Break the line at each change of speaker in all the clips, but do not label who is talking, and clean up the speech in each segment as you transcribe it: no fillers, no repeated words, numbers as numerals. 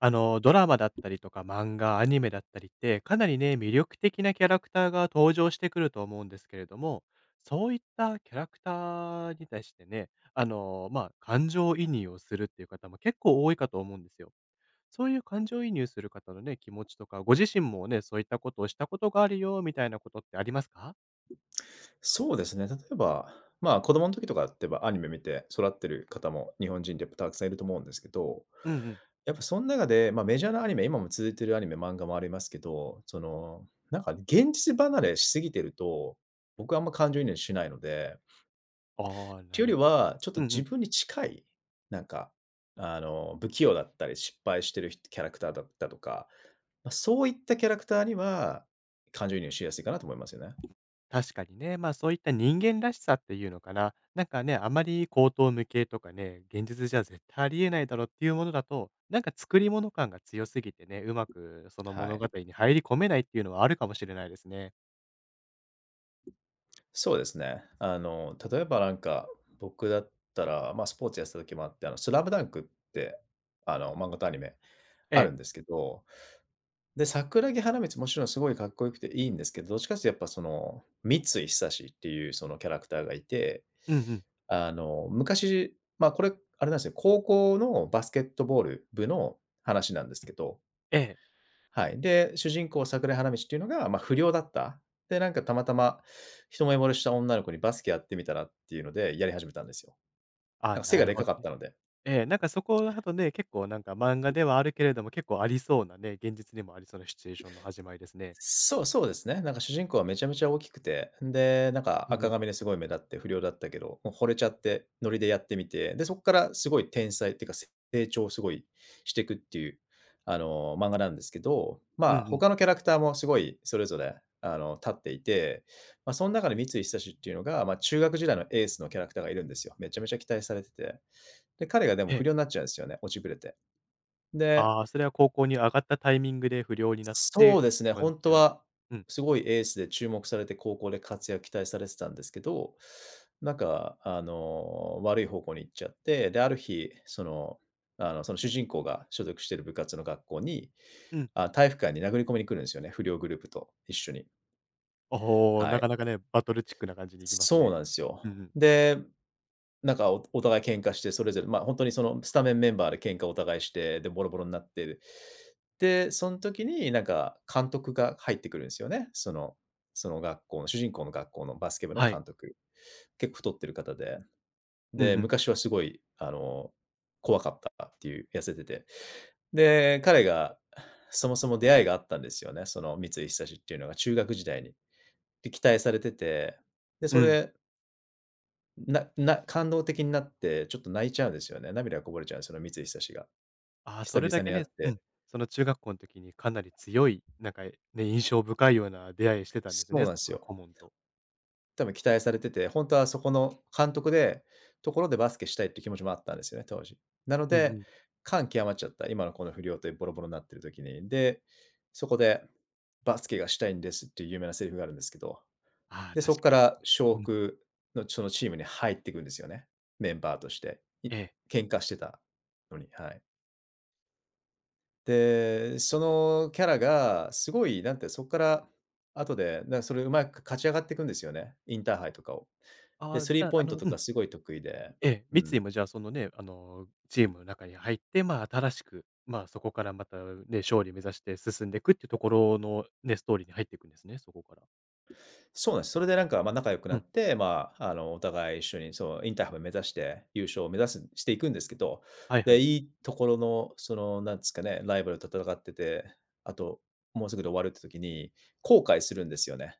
ドラマだったりとか漫画、アニメだったりって、かなりね、魅力的なキャラクターが登場してくると思うんですけれども、そういったキャラクターに対してね、まあ、感情移入をするっていう方も結構多いかと思うんですよ。そういう感情移入する方のね、気持ちとか、ご自身もね、そういったことをしたことがあるよ、みたいなことってありますか？
そうですね。例えば、子供の時とかってばアニメ見て育ってる方も日本人ってやっぱたくさんいると思うんですけど、
うんうん。
やっぱそん中で、メジャーなアニメ、今も続いてるアニメ、漫画もありますけど、なんか現実離れしすぎてると、僕はあんま感情移入しないので、っ
ああ、
て
な
いう
る
よ
ほ
り
ど。
は、ちょっと
うんう
自
ん。
分に近い、なんか、不器用だったり、失敗してる人キャラクターだったとか、そういったキャラクターには、感情移入しやすいかなと思いますよね。
確かにね、まあ、そういった人間らしさっていうのかな、なんかね、あまり口頭無形とかね、現実じゃ絶対ありえないだろうっていうものだと、なんか作り物感が強すぎてね、うまくその
は
物
い。
語に入り込めないっていうのはあるかもしれないですね。
そうですね。例えばなんか、僕だったら、スポーツやってた時もあって、スラムダンクって、漫画とアニメあ
え
る
え。
んですけど、で、桜木花道もちろんすごいかっこよくていいんですけど、どっちかっていうとやっぱその、三井久志っていうそのキャラクターがいて、
うんうん。
あの、昔、あれなんですよ、高校のバスケットボール部の話なんですけど、
ええ。
はい。で、主人公桜井花道っていうのが、まあ、不良だった。で、なんかたまたま一目惚れした女の子にバスケやってみたらっていうのでやり始めたんですよ。
あ、
なんか背
な
が
る
で
ほ
か
ど
かっ
ね。
たので。
ええ、なんかそこだとね、結構なんか漫画ではあるけれども、結構ありそうなね、現実にもありそうなシチュエーションの始まりですね。
そうですね。なんか主人公はめちゃめちゃ大きくて、んで、なんか
うんう
赤
ん。
髪ですごい目立って不良だったけど、もう惚れちゃってノリでやってみて、で、そこからすごい天才っていうか成長をすごいしていくっていう、あの、漫画なんですけど、
うんう
まあ、
ん。
他のキャラクターもすごいそれぞれ、立っていて、まあ、その中で三井久志っていうのが、中学時代のエースのキャラクターがいるんですよ。めちゃめちゃ期待されてて。で、彼がでも
え
不
え。
良になっちゃうんですよね、落ちぶれて。で
ああ、それは高校に上がったタイミングで不良になって
そ
っ
うです
て
ね、
感じ
本当
なん
は
うん。
すごいエースで注目されて、高校で活躍期待されてたんですけど、なんか悪い方向に行っちゃって、で、ある日、その主人公が所属している部活の学校に、
うん
あ、体育館に殴り込みに来るんですよね、不良グループと一緒に。
おお、
は
な
い。
かなかね、バトルチックな感じにいきます
そう
ね。
なんですよ。
うんうん。
でなんか、お互い喧嘩して、それぞれ、本当にそのスタメンメンバーで喧嘩お互いして、で、ボロボロになって、で、その時になんか監督が入ってくるんですよね。その学校の主人公の学校のバスケ部の
はい。
監督。結構太ってる方で、
う
で、
んうん。
昔はすごい、怖かったっていう、痩せてて。で、彼がそもそも出会いがあったんですよね、その三井久志っていうのが中学時代に。で、期待されてて、で、
う
そ
ん。
れ感動的になって、ちょっと泣いちゃうんですよね。涙がこぼれちゃうんですよね三井久志が。
ああ、そ
久
れだ
々
け
に会っ
ね、う
て。
ん、その中学校の時にかなり強い、なんか、ね、印象深いような出会いしてたんです
そう
ね、
なん
そ
です
この
よ。
顧問と。
多分期待されてて、本当はそこの監督で、ところでバスケしたいって気持ちもあったんですよね、当時。なの
うんう
で、
ん。
感極まっちゃった。今のこの不良とボロボロになってる時に。で、そこで「バスケがしたいんです」っていう有名なセリフがあるんですけど、
ああ、
で、そ
確
こ
か
か
に。
ら昇
うん。
福のそのチームに入っていくんですよね、メンバーとして。
ええ。
喧嘩してたのに、はい。で、そのキャラがすごい、なんて、そっから後で、それうまく勝ち上がっていくんですよね、インターハイとかを。
あ
で、
あ、
ス
じ
リ
ゃ
ー
あ、
ポイ
あ
ント
の
と
うん、
かすごい得意で、
ええ、
う
三
ん。
井もじゃあ、そのね、チームの中に入って、まあ、新しく、まあ、そこからまたね、勝利目指して進んでいくっていうところのね、ストーリーに入っていくんですね、そこから。
そうなんです。それでなんか、ま、仲良くな
う
っ
ん、
て、まあ、お互い一緒にそう、インターハイを目指して優勝を目指すしていくんですけど、
はいは
で、
い。
いいところの、なんですかね、ライバルと戦ってて、あともうすぐで終わるって時に後悔するんですよね。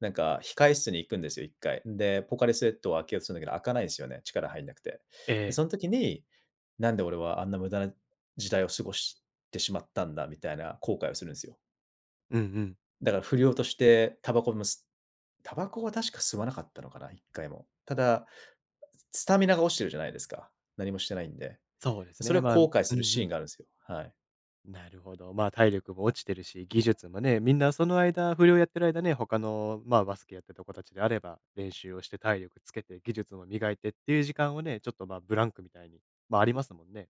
なんか控室に行くんですよ、1回。で、ポカリスエットを開けようとするんだけど、開かないんですよね、力入んなくて。
え
で、
え。
その時に、なんで俺はあんな無駄な時代を過ごしてしまったんだみたいな後悔をするんですよ。
うんうん。
だから不良としてタバコもタバコは確か吸わなかったのかな、1回も。ただ、スタミナが落ちてるじゃないですか。何もしてないんで。
そうです
それ
ね、
を
まあう
後
ん
悔す
う
るシーン
ん
があるんですよ。はい。
なるほど。まあ、体力も落ちてるし、技術もね、みんなその間、不良やってる間ね、他の、まあ、バスケやってた子たちであれば、練習をして体力つけて、技術も磨いてっていう時間をね、ちょっとまあ、ブランクみたいに、まあ、ありますもんね。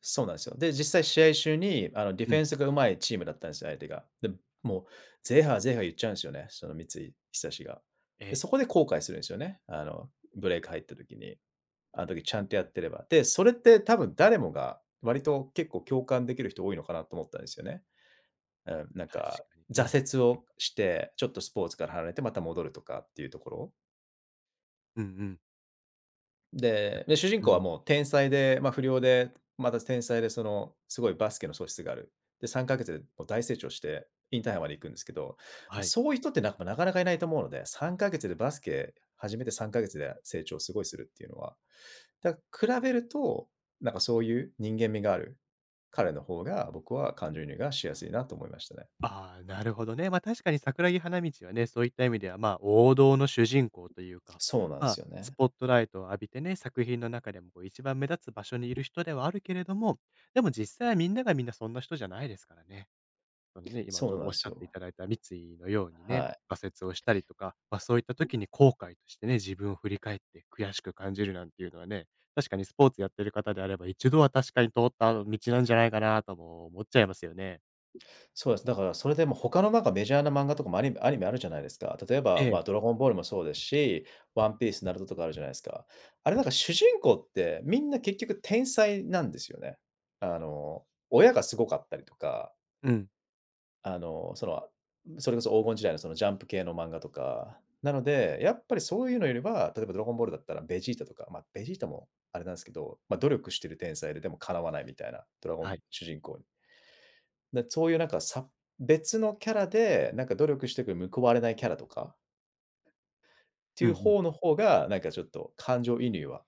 そうなんですよ。で、実際試合中に、ディ
う
フェ
ん。
ンスがうまいチームだったんですよ、相手が。で、もう、ぜいはぜ言っちゃうんですよね、その三井久志が。
え
で、
え。
そこで後悔するんですよね。ブレイク入った時に、あの時ちゃんとやってれば。で、それって多分誰もが、割と結構共感できる人多いのかなと思ったんですよね。うん、なん
確
か、
かに。うん。
挫折をして、ちょっとスポーツから離れてまた戻るとかっていうところ。
うんうん。
で、主人
う
公は
ん。
もう天才で、まあ、不良で、また天才で、その、すごいバスケの素質がある。で、3か月でもう大成長して、インターハイまで行くんですけど、まあ、
はい。
そういう人ってなかなかいないと思うので、3か月でバスケ始めて3か月で成長すごいするっていうのは、だから比べると、なんかそういう人間味がある彼の方が、僕は感情移入がしやすいなと思いましたね。
ああ、なるほどね。ま、確かに桜木花道はね、そういった意味では、ま、王道の主人公というか、
そうなんで
ま、
すよ
ス
ね。
ポットライトを浴びてね、作品の中でもこう一番目立つ場所にいる人ではあるけれども、でも実際はみんながみんなそんな人じゃないですからね。そのね、今
そ
ちょ
う
う
なん
どお
で
っし
す
ゃってい
よ。
ただいた三井のようにね、
はい。
挫折をしたりとか、ま、そういった時に後悔としてね、自分を振り返って悔しく感じるなんていうのはね、確かにスポーツやってる方であれば、一度は確かに通った道なんじゃないかなとも思っちゃいますよね。
そうです。だからそれでも他のなんかメジャーな漫画とかもアニメあるじゃないですか。例え
え
ば、まあ、
え、
ドラゴンボールもそうですし、ワンピース、ナルトとかあるじゃないですか。あれなんか主人公ってみんな結局天才なんですよね。あの、親がすごかったりとか、
うん、
あの、その、それこそ黄金時代のそのジャンプ系の漫画とか。なので、やっぱりそういうのよりは、例えばドラゴンボールだったらベジータとか、まあ、ベジータもあれなんですけど、まあ、努力してる天才で、でも叶わないみたいな、ドラゴ
は
ン
い。
主人公だ、そういうなんか、別のキャラで、なんか努力してく報われないキャラとかって
う
い
んう
う
ん。
方の方が、なんかちょっと感情移入は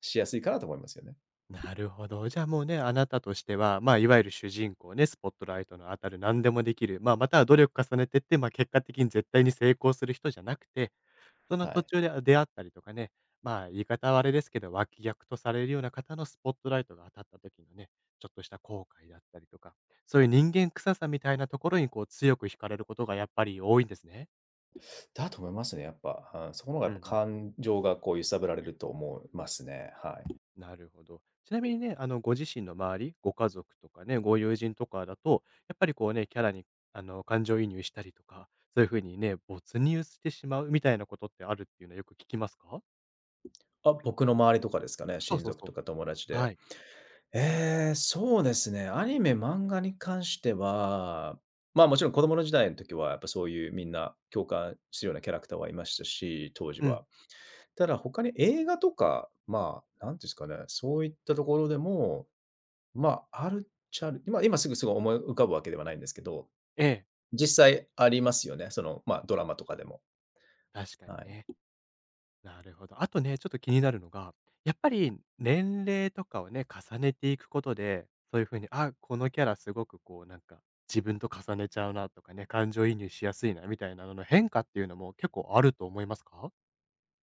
しやすいかなと思いますよね。
なるほど。じゃあもうね、あなたとしては、まあ、いわゆる主人公ね、スポットライトの当たる何でもできる、まあ、または努力重ねてって、まあ、結果的に絶対に成功する人じゃなくて、その
は
途
い。
中で出会ったりとかね、まあ、言い方はあれですけど、脇役とされるような方のスポットライトが当たった時のね、ちょっとした後悔だったりとか、そういう人間臭さみたいなところにこう強く惹かれることがやっぱり多いんですね。
だと思いますね、やっぱ。うん、そこの方がや
う
っ
んう
ぱ
ん。
感情がこう揺さぶられると思いますね。はい。
なるほど。ちなみにね、ご自身の周り、ご家族とかね、ご友人とかだと、やっぱりこうね、キャラに、感情移入したりとか、そういう風にね、没入してしまうみたいなことってあるっていうのはよく聞きますか？
あ、僕の周りとかですかね、
そう
親
そう
族
そ
とか友達
う。
で。
はい。
そうですね、アニメ、漫画に関しては、まあ、もちろん子供の時代の時は、やっぱそういうみんな共感するようなキャラクターはいましたし、当時
うん。
は。ただ他に映画とか、まあ、なんていうんですかね、そういったところでも、まあ、あるっちゃある、今すぐ思い浮かぶわけではないんですけど、
ええ、
実際ありますよね。その、まあ、ドラマとかでも。
確か
は
にね。
い。
なるほど。あとね、ちょっと気になるのが、やっぱり年齢とかをね、重ねていくことで、そういう風に、あ、このキャラすごくこうなんか、自分と重ねちゃうなとかね、感情移入しやすいなみたいなのの変化っていうのも結構あると思いますか？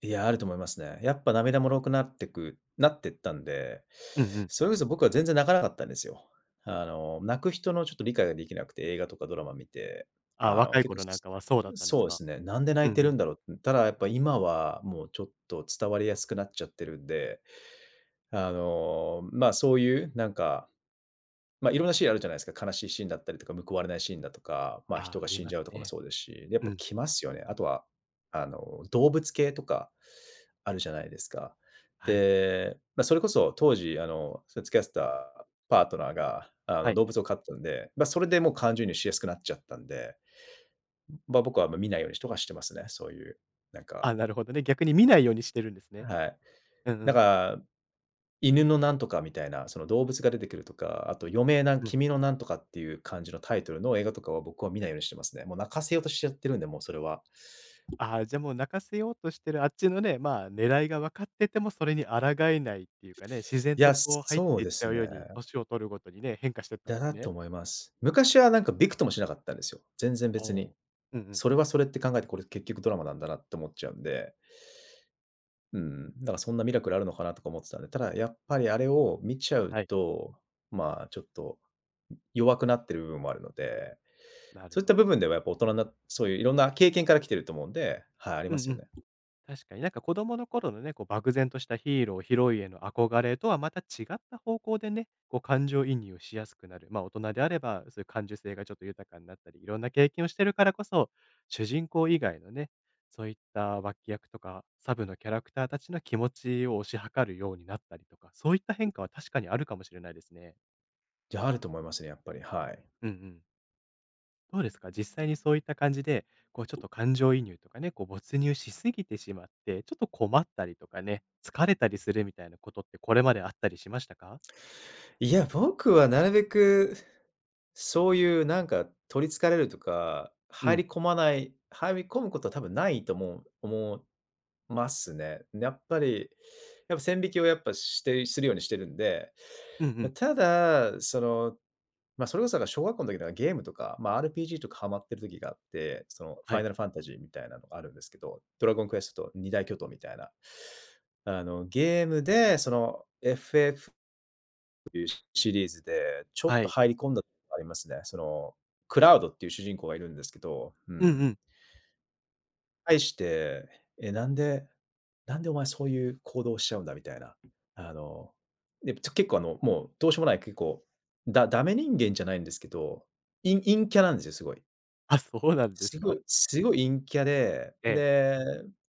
いや、あると思いますね。やっぱ涙もろくなってったんで、
うんうん。
それこそ僕は全然泣かなかったんですよ。泣く人のちょっと理解ができなくて、映画とかドラマ見て、
あ、
あの、
若い
結構
頃なん
す
かはそうだったんで
そ
す
うで
か？
すね、なんで
う
泣
ん
い
う
てる
ん。
んだろうって。ただやっぱ今はもうちょっと伝わりやすくなっちゃってるんで、まあ、そういうなんかま、あいろんなシーンあるじゃないですか。悲しいシーンだったりとか、報われないシーンだとか、ま、あ
あ
人
あ、
が
あり
死ん
ま
じゃう
す
とかも
ね。
そうですし、でやっ
う
ぱ
ん。
来ますよね。あとは、動物系とかあるじゃないですか。
はい。
で、まあ、それこそ当時、その付き合ってたパートナーが、
はい。
動物を飼ったんで、まあ、それでもう感情移入しやすくなっちゃったんで、まあ、僕はあんま見ないようにとかしてますね。そういう、なんか
あ、なるほどね。逆に見ないようにしてるんですね。
はい。
うんう
なん
ん。
か、犬のなんとかみたいな、その動物が出てくるとか、あと余命な
うん。
君のなんとかっていう感じのタイトルの映画とかは僕は見ないようにしてますね。もう泣かせようとしちゃってるんで、もうそれは。
ああ、じゃあもう泣かせようとしてるあっちのね、まあ、狙いが分かっててもそれに抗えないっていうかね、自然
い
と
や、
こう入っ
そう
ていっ
で
ちゃ
す
うよ
ね。
うに、年を取るごとにね、変化してったん
だ
です
なと
ね。
思います。昔はなんかびくともしなかったんですよ。全然
お
別に。
お。うんうん。
それはそれって考えて、これ結局ドラマなんだなって思っちゃうんで、うん、だからそんなミラクルあるのかなとか思ってたんで、ただやっぱりあれを見ちゃう
はい、
と、まあちょっと弱くなってる部分もあるので
なる
そういっ
ほ
た
ど。
部分ではやっぱ大人なそういういろんな経験から来てると思うんで、はい、あり
うん
ます
う
よ
ん。
ね。
確かになんか子供の頃のね、こう漠然としたヒーロー、ヒロインへの憧れとはまた違った方向でね、こう感情移入をしやすくなる。まあ大人であれば、そういう感受性がちょっと豊かになったり、いろんな経験をしてるからこそ、主人公以外のね、そういった脇役とかサブのキャラクターたちの気持ちを推し量るようになったりとか、そういった変化は確かにあるかもしれないですね。
じゃあ、あると思いますね、やっぱり、はい。
うんうん。どうですか？実際にそういった感じで、こうちょっと感情移入とかね、こう没入しすぎてしまって、ちょっと困ったりとかね、疲れたりするみたいなことってこれまであったりしましたか？
いや、僕はなるべく、そういうなんか取り憑かれるとか、
う
入り
ん。
込まない、入り込むことは多分ないと思いますね。やっぱり、やっぱ線引きをやっぱするようにしてるんで、
うんう
ま
ん。
ただ、その、まあ、それこそだか小学校の時とかゲームとか、まあ、RPG とかハマってる時があって、そのフ
は
ァイ
い。
ナルファンタジーみたいなのがあるんですけど、ドラゴンクエストと二大巨頭みたいな。ゲームでその、シリーズで、ちょっ
は
と
い。
入り込んだのがありますね。その、クラウドっていう主人公がいるんですけど、う
うんう
ん。
ん。
対して、え、なんでお前そういう行動をしちゃうんだみたいな。あの、で、結構もうどうしようもない結構、ダメ人間じゃないんですけど、陰キャなんですよ、すごい。
あ、そうなんで
す
す
ご
か？
いすごい陰キャで、
ええ。
で、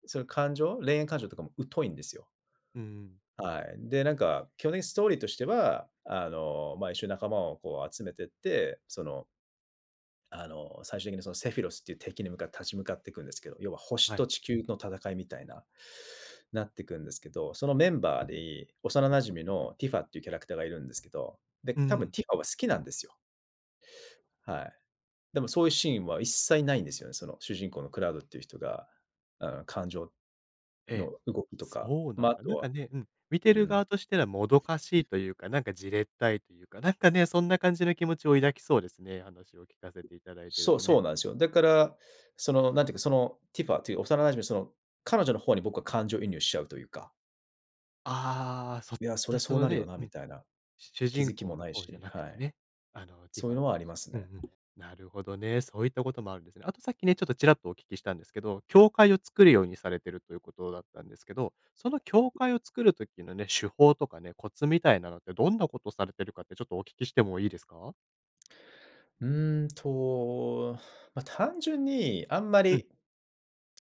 その感情、恋愛感情とかも疎いんですよ。
うんうん。
はい。で、なんか、基本的にストーリーとしては、まあ、一緒に仲間をこう集めてって、その、最終的にそのセフィロスっていう敵に向かって立ち向かっていくんですけど、要は星
は
と
い。
地球の戦いみたいな、なっていくんですけど、そのメンバーで、幼馴染のティファっていうキャラクターがいるんですけど、で、
う
多分
ん。
ティファは好きなんですよ。はい。でもそういうシーンは一切ないんですよね。その主人公のクラウドっていう人が、あの感情
ええ。
の動きとか、
そうな
まあ、
ん
あ
だ。
と
なんか
は、
ね、うん、見て
う
る
ん、
側としてはもどかしいというか、なんかじれったいというか、なんかね、そんな感じの気持ちを抱きそうですね、話を聞かせていただいてると
そう
ね。
なんですよ。だから、その、なんていうか、その、ティファという幼馴染の、その、彼女の方に僕は感情移入しちゃうというか、
ああ、そ
いや、それ
そ
そう
の
なるよ
ね
な
う
み
ん。
たいな
主
気
人
づきも
公の
ない
方じゃ
し、
なく
は
て
い。
ね、ティ
そ
フ
うい
ァ
う
の
の
方
はあります
うんう
ね。
ん。なるほどね、そういったこともあるんですね。あとさっきね、ちょっとちらっとお聞きしたんですけど、教会を作るようにされてるということだったんですけど、その教会を作る時のね、手法とかね、コツみたいなのってどんなことされてるかってちょっとお聞きしてもいいですか？
うーんと、まあ、単純にあんま
うん、
り、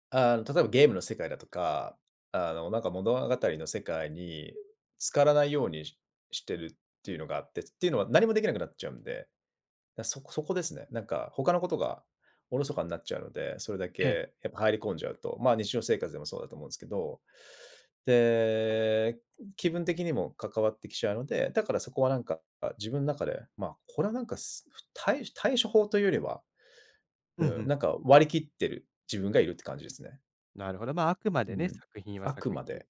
例えばゲームの世界だとか、なんか物語の世界に浸からないようにしてるっていうのがあって、っていうのは何もできなくなっちゃうんで。だ、そこそこですね。なんか他のことがおろそかになっちゃうので、それだ
ええ。
けやっぱ入り込んじゃうと、まあ、日常生活でもそうだと思うんですけど、で、気分的にも関わってきちゃうので、だからそこはなんか自分の中で、まあ、これはなんか、対処法というよりは、う
うんう
ん、
ん。
なんか割り切ってる自分がいるって感じですね。
なるほど、まあ、あくま
う
でね、
ん。
作品は
あく
作
ま
品。
で、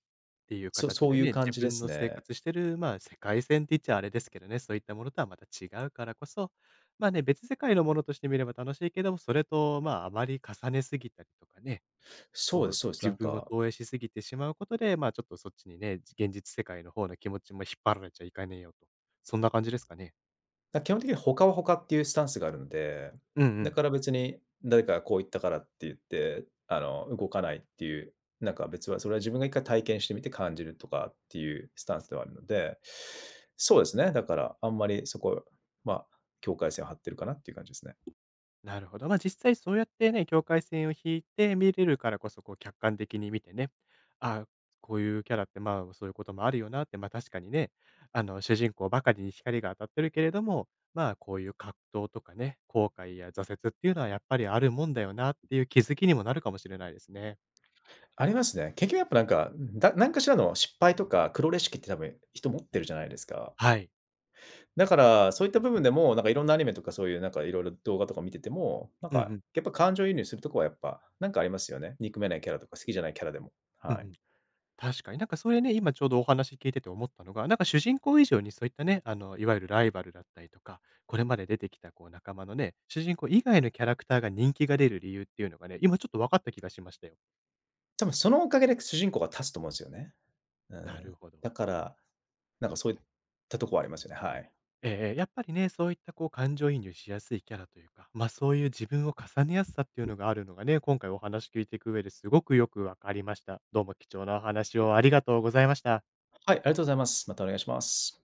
ていう形
そう
で
いう
ね、
感
自
じで
分
す
の生
ね。
活してる、まあ、世界線って言っちゃあれですけどね、そういったものとはまた違うからこそ、まあね、別世界のものとして見れば楽しいけども、それと、まあ、あまり重ねすぎたりとかね、
そう
こ
です
う、
そうです。な
自
ん
分を
か
投影しすぎてしまうことで、まあ、ちょっとそっちにね、現実世界の方の気持ちも引っ張られちゃいかねえよと。そんな感じですかね。
だ、基本的に他は他っていうスタンスがあるので、
うんう
だ
ん。
から別に誰かがこう言ったからって言って、動かないっていう、なんか別はそれは自分が一回体験してみて感じるとかっていうスタンスではあるので、そうですね、だからあんまりそこ、まあ、境界線を張ってるかなっていう感じですね。
なるほど。まあ、実際そうやってね、境界線を引いて見れるからこそ、こう客観的に見てね、ああ、こういうキャラって、まあ、そういうこともあるよなって、まあ、確かにね、主人公ばかりに光が当たってるけれども、まあ、こういう葛藤とかね、後悔や挫折っていうのはやっぱりあるもんだよなっていう気づきにもなるかもしれないですね。
ありますね。結局やっぱなんか、だ何かしらの失敗とか黒レシピって多分人持ってるじゃないですか。
はい。
だから、そういった部分でも、なんかいろんなアニメとかそういうなんかいろいろ動画とか見てても、なん
うんう
か
ん。
やっぱ感情移入するとこはやっぱ、なんかありますよね。憎めないキャラとか好きじゃないキャラでも。
うんう
はい。
ん。確かに。なんかそれね、今ちょうどお話聞いてて思ったのが、なんか主人公以上にそういったね、いわゆるライバルだったりとか、これまで出てきたこう仲間のね、主人公以外のキャラクターが人気が出る理由っていうのがね、今ちょっと分かった気がしましたよ。
多分そのおかげで主人公が立つと思うんですよね。う
な
ん。
るほど。
だから、なんかそういったとこはありますよね。はい。
やっぱりね、そういったこう感情移入しやすいキャラというか、ま、あそういう自分を重ねやすさっていうのがあるのがね、今回お話聞いていく上ですごくよくわかりました。どうも貴重なお話をありがとうございました。
はい、ありがとうございます。またお願いします。